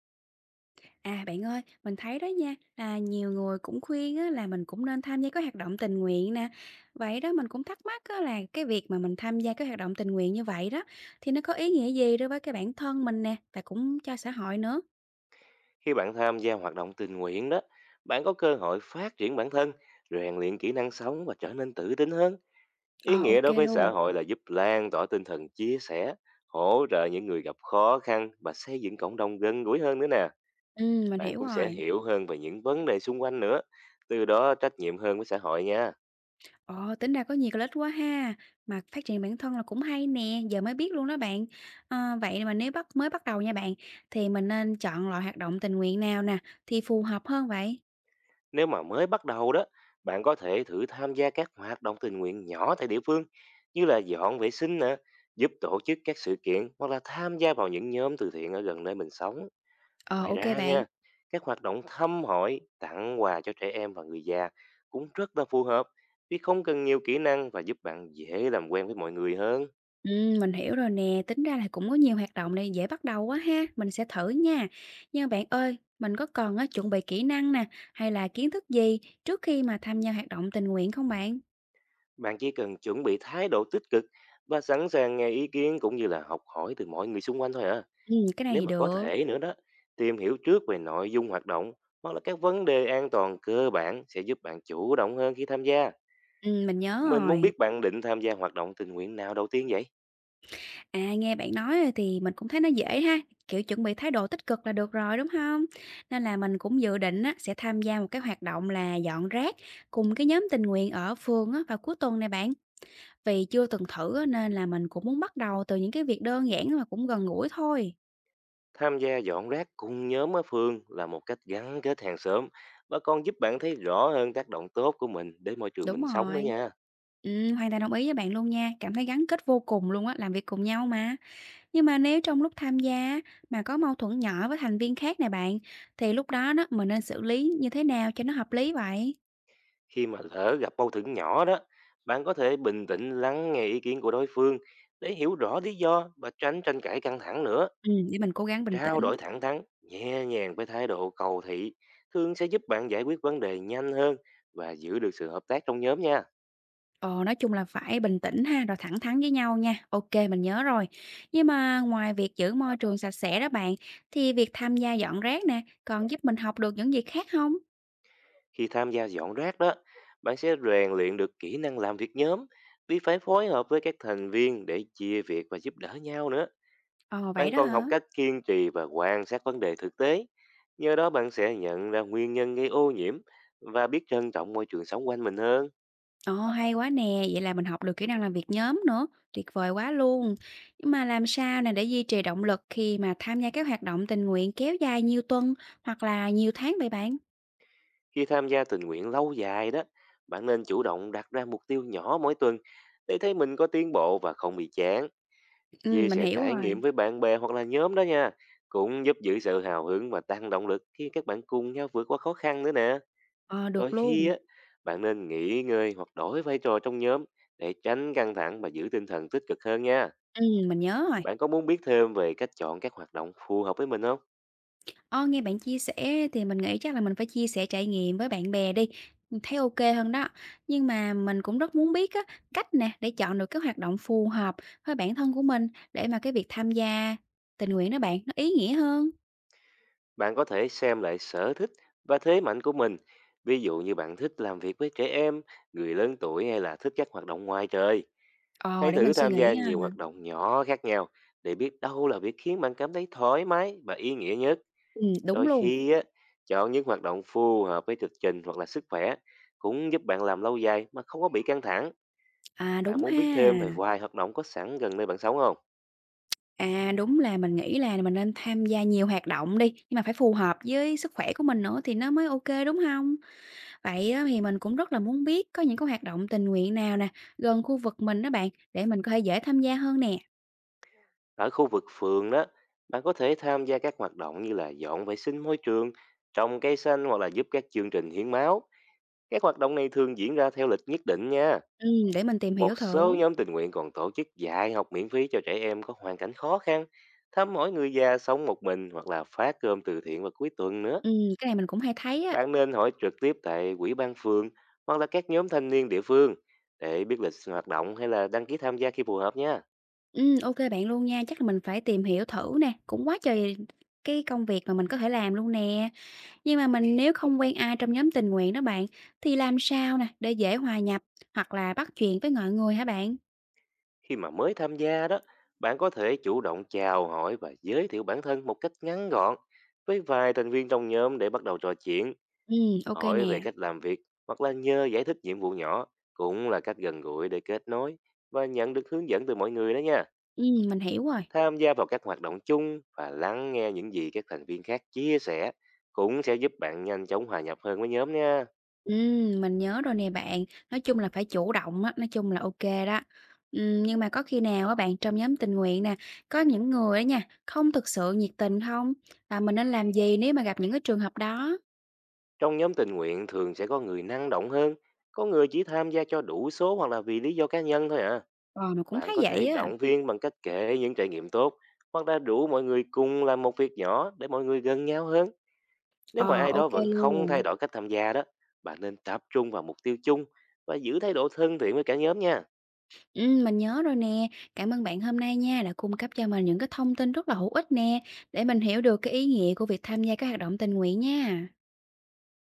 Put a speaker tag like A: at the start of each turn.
A: À, bạn ơi, mình thấy đó nha, là nhiều người cũng khuyên á, là mình cũng nên tham gia các hoạt động tình nguyện nè. Vậy đó mình cũng thắc mắc á, là cái việc mà mình tham gia các hoạt động tình nguyện như vậy đó thì nó có ý nghĩa gì đối với cái bản thân mình nè và cũng cho xã hội nữa.
B: Khi bạn tham gia hoạt động tình nguyện đó, bạn có cơ hội phát triển bản thân, rèn luyện kỹ năng sống và trở nên tự tin hơn. Ý
A: Ờ,
B: nghĩa
A: ok
B: đối với xã
A: luôn.
B: hội là giúp lan tỏa tinh thần chia sẻ, hỗ trợ những người gặp khó khăn và xây dựng cộng đồng gần gũi hơn nữa nè.
A: Ừ, mình
B: Bạn
A: hiểu
B: cũng sẽ
A: rồi.
B: hiểu hơn về những vấn đề xung quanh nữa, từ đó trách nhiệm hơn với xã hội nha.
A: Ồ, tính ra có nhiều cái lợi ích quá ha. Mà phát triển bản thân là cũng hay nè, giờ mới biết luôn đó bạn. À, vậy mà nếu mới bắt đầu nha bạn, thì mình nên chọn loại hoạt động tình nguyện nào nè thì phù hợp hơn vậy?
B: Nếu mà mới bắt đầu đó, bạn có thể thử tham gia các hoạt động tình nguyện nhỏ tại địa phương, như là dọn vệ sinh nè, giúp tổ chức các sự kiện hoặc là tham gia vào những nhóm từ thiện ở gần nơi mình sống.
A: Ờ,
B: Ngoài
A: ok
B: ra
A: bạn.
B: nha, các hoạt động thăm hỏi, tặng quà cho trẻ em và người già cũng rất là phù hợp vì không cần nhiều kỹ năng và giúp bạn dễ làm quen với mọi người hơn.
A: Mình hiểu rồi nè, tính ra là cũng có nhiều hoạt động này dễ bắt đầu quá ha, mình sẽ thử nha. Nhưng mà bạn ơi, mình có cần á, chuẩn bị kỹ năng nè, hay là kiến thức gì trước khi mà tham gia hoạt động tình nguyện không bạn?
B: Bạn chỉ cần chuẩn bị thái độ tích cực và sẵn sàng nghe ý kiến cũng như là học hỏi từ mọi người xung quanh thôi ạ.
A: Ừ, cái này
B: Nếu
A: thì
B: mà có
A: được,
B: thể nữa đó, tìm hiểu trước về nội dung hoạt động hoặc là các vấn đề an toàn cơ bản sẽ giúp bạn chủ động hơn khi tham gia.
A: ừ, mình nhớ
B: Mình muốn
A: rồi.
B: biết bạn định tham gia hoạt động tình nguyện nào đầu tiên vậy?
A: À, nghe bạn nói rồi thì mình cũng thấy nó dễ ha, kiểu chuẩn bị thái độ tích cực là được rồi đúng không? Nên là mình cũng dự định á, sẽ tham gia một cái hoạt động là dọn rác cùng cái nhóm tình nguyện ở phường á, vào cuối tuần này bạn. Vì chưa từng thử á, nên là mình cũng muốn bắt đầu từ những cái việc đơn giản mà cũng gần gũi thôi.
B: Tham gia dọn rác cùng nhóm ở phường là một cách gắn kết hàng xóm và còn giúp bạn thấy rõ hơn tác động tốt của mình đến môi trường
A: Đúng
B: mình sống nữa
A: rồi.
B: nha.
A: Hoàn toàn đồng ý với bạn luôn nha, cảm thấy gắn kết vô cùng luôn á, làm việc cùng nhau mà. Nhưng mà nếu trong lúc tham gia mà có mâu thuẫn nhỏ với thành viên khác này bạn, thì lúc đó đó mình nên xử lý như thế nào cho nó hợp lý vậy?
B: Khi mà lỡ gặp mâu thuẫn nhỏ đó, bạn có thể bình tĩnh lắng nghe ý kiến của đối phương để hiểu rõ lý do và tránh tranh cãi căng thẳng nữa.
A: Để mình cố gắng bình
B: Trao
A: tĩnh.
B: đổi thẳng thắn nhẹ nhàng với thái độ cầu thị thường sẽ giúp bạn giải quyết vấn đề nhanh hơn và giữ được sự hợp tác trong nhóm nha.
A: Ờ, nói chung là phải bình tĩnh ha, rồi thẳng thắn với nhau nha. OK, mình nhớ rồi. Nhưng mà ngoài việc giữ môi trường sạch sẽ đó bạn, thì việc tham gia dọn rác nè, còn giúp mình học được những gì khác không?
B: Khi tham gia dọn rác đó, bạn sẽ rèn luyện được kỹ năng làm việc nhóm vì phải phối hợp với các thành viên để chia việc và giúp đỡ nhau nữa.
A: Ờ, vậy
B: Bạn
A: đó
B: còn học
A: hả?
B: cách kiên trì và quan sát vấn đề thực tế, nhờ đó bạn sẽ nhận ra nguyên nhân gây ô nhiễm và biết trân trọng môi trường sống quanh mình hơn.
A: Ồ, hay quá nè, vậy là mình học được kỹ năng làm việc nhóm nữa, tuyệt vời quá luôn. Nhưng mà làm sao nè để duy trì động lực khi mà tham gia các hoạt động tình nguyện kéo dài nhiều tuần hoặc là nhiều tháng vậy bạn?
B: Khi tham gia tình nguyện lâu dài đó, bạn nên chủ động đặt ra mục tiêu nhỏ mỗi tuần để thấy mình có tiến bộ và không bị chán. Chia
A: Mình
B: sẻ
A: hiểu
B: trải nghiệm
A: rồi.
B: với bạn bè hoặc là nhóm đó nha. Cũng giúp giữ sự hào hứng và tăng động lực khi các bạn cùng nhau vượt qua khó khăn nữa nè.
A: Ờ,
B: Đôi
A: được
B: khi
A: luôn.
B: á, bạn nên nghỉ ngơi hoặc đổi vai trò trong nhóm để tránh căng thẳng và giữ tinh thần tích cực hơn nha.
A: Mình nhớ rồi.
B: Bạn có muốn biết thêm về cách chọn các hoạt động phù hợp với mình không?
A: Ơ, nghe bạn chia sẻ thì mình nghĩ chắc là mình phải chia sẻ trải nghiệm với bạn bè đi, mình thấy ok hơn đó. Nhưng mà mình cũng rất muốn biết á, cách nè, để chọn được cái hoạt động phù hợp với bản thân của mình, để mà cái việc tham gia tình nguyện đó bạn, nó ý nghĩa hơn.
B: Bạn có thể xem lại sở thích và thế mạnh của mình, ví dụ như bạn thích làm việc với trẻ em, người lớn tuổi hay là thích các hoạt động ngoài trời.
A: Ờ,
B: Hãy
A: để
B: thử
A: mình suy
B: tham gia
A: nghĩ
B: nhiều
A: ha.
B: hoạt động nhỏ khác nhau để biết đâu là việc khiến bạn cảm thấy thoải mái và ý nghĩa nhất.
A: Đúng
B: Đôi
A: luôn.
B: khi á, chọn những hoạt động phù hợp với lịch trình hoặc là sức khỏe cũng giúp bạn làm lâu dài mà không có bị căng thẳng.
A: À,
B: Bạn
A: đúng
B: muốn
A: ha.
B: biết thêm về vài hoạt động có sẵn gần nơi bạn sống không?
A: À, đúng là mình nghĩ là mình nên tham gia nhiều hoạt động đi, nhưng mà phải phù hợp với sức khỏe của mình nữa thì nó mới ok đúng không? Vậy á, thì mình cũng rất là muốn biết có những cái hoạt động tình nguyện nào nè, gần khu vực mình đó bạn, để mình có thể dễ tham gia hơn nè.
B: Ở khu vực phường đó, bạn có thể tham gia các hoạt động như là dọn vệ sinh môi trường, trồng cây xanh hoặc là giúp các chương trình hiến máu. Các hoạt động này thường diễn ra theo lịch nhất định nha.
A: Để mình tìm hiểu
B: Một số
A: thử.
B: nhóm tình nguyện còn tổ chức dạy học miễn phí cho trẻ em có hoàn cảnh khó khăn, thăm hỏi người già sống một mình hoặc là phát cơm từ thiện vào cuối tuần nữa.
A: Ừm, cái này mình cũng hay thấy á.
B: Bạn nên hỏi trực tiếp tại quỹ ban phường hoặc là các nhóm thanh niên địa phương để biết lịch hoạt động hay là đăng ký tham gia khi phù hợp nha.
A: Ok bạn luôn nha, chắc là mình phải tìm hiểu thử nè. Cũng quá trời cái công việc mà mình có thể làm luôn nè. Nhưng mà mình nếu không quen ai trong nhóm tình nguyện đó bạn, thì làm sao nè, để dễ hòa nhập hoặc là bắt chuyện với mọi người hả bạn?
B: Khi mà mới tham gia đó, bạn có thể chủ động chào hỏi và giới thiệu bản thân một cách ngắn gọn với vài thành viên trong nhóm để bắt đầu trò chuyện,
A: Ừm, ok
B: hỏi về
A: nè.
B: cách làm việc hoặc là nhờ giải thích nhiệm vụ nhỏ cũng là cách gần gũi để kết nối và nhận được hướng dẫn từ mọi người đó nha.
A: Mình hiểu rồi.
B: Tham gia vào các hoạt động chung và lắng nghe những gì các thành viên khác chia sẻ cũng sẽ giúp bạn nhanh chóng hòa nhập hơn với nhóm nha.
A: Mình nhớ rồi nè bạn, nói chung là phải chủ động á, nói chung là ok đó. Nhưng mà có khi nào á bạn trong nhóm tình nguyện nè, có những người á nha, không thực sự nhiệt tình không? Và mình nên làm gì nếu mà gặp những cái trường hợp đó?
B: Trong nhóm tình nguyện thường sẽ có người năng động hơn, có người chỉ tham gia cho đủ số hoặc là vì lý do cá nhân thôi ạ. À.
A: Ờ, mình cũng
B: Bạn
A: thấy
B: có thể
A: vậy á.
B: động viên bằng cách kể những trải nghiệm tốt hoặc là rủ mọi người cùng làm một việc nhỏ để mọi người gần nhau hơn. Nếu mà
A: Ờ,
B: ai
A: ô
B: đó vẫn không thay
A: luôn.
B: đổi cách tham gia đó, bạn nên tập trung vào mục tiêu chung và giữ thái độ thân thiện với cả nhóm nha.
A: Mình nhớ rồi nè. Cảm ơn bạn hôm nay nha, đã cung cấp cho mình những cái thông tin rất là hữu ích nè, để mình hiểu được cái ý nghĩa của việc tham gia các hoạt động tình nguyện nha.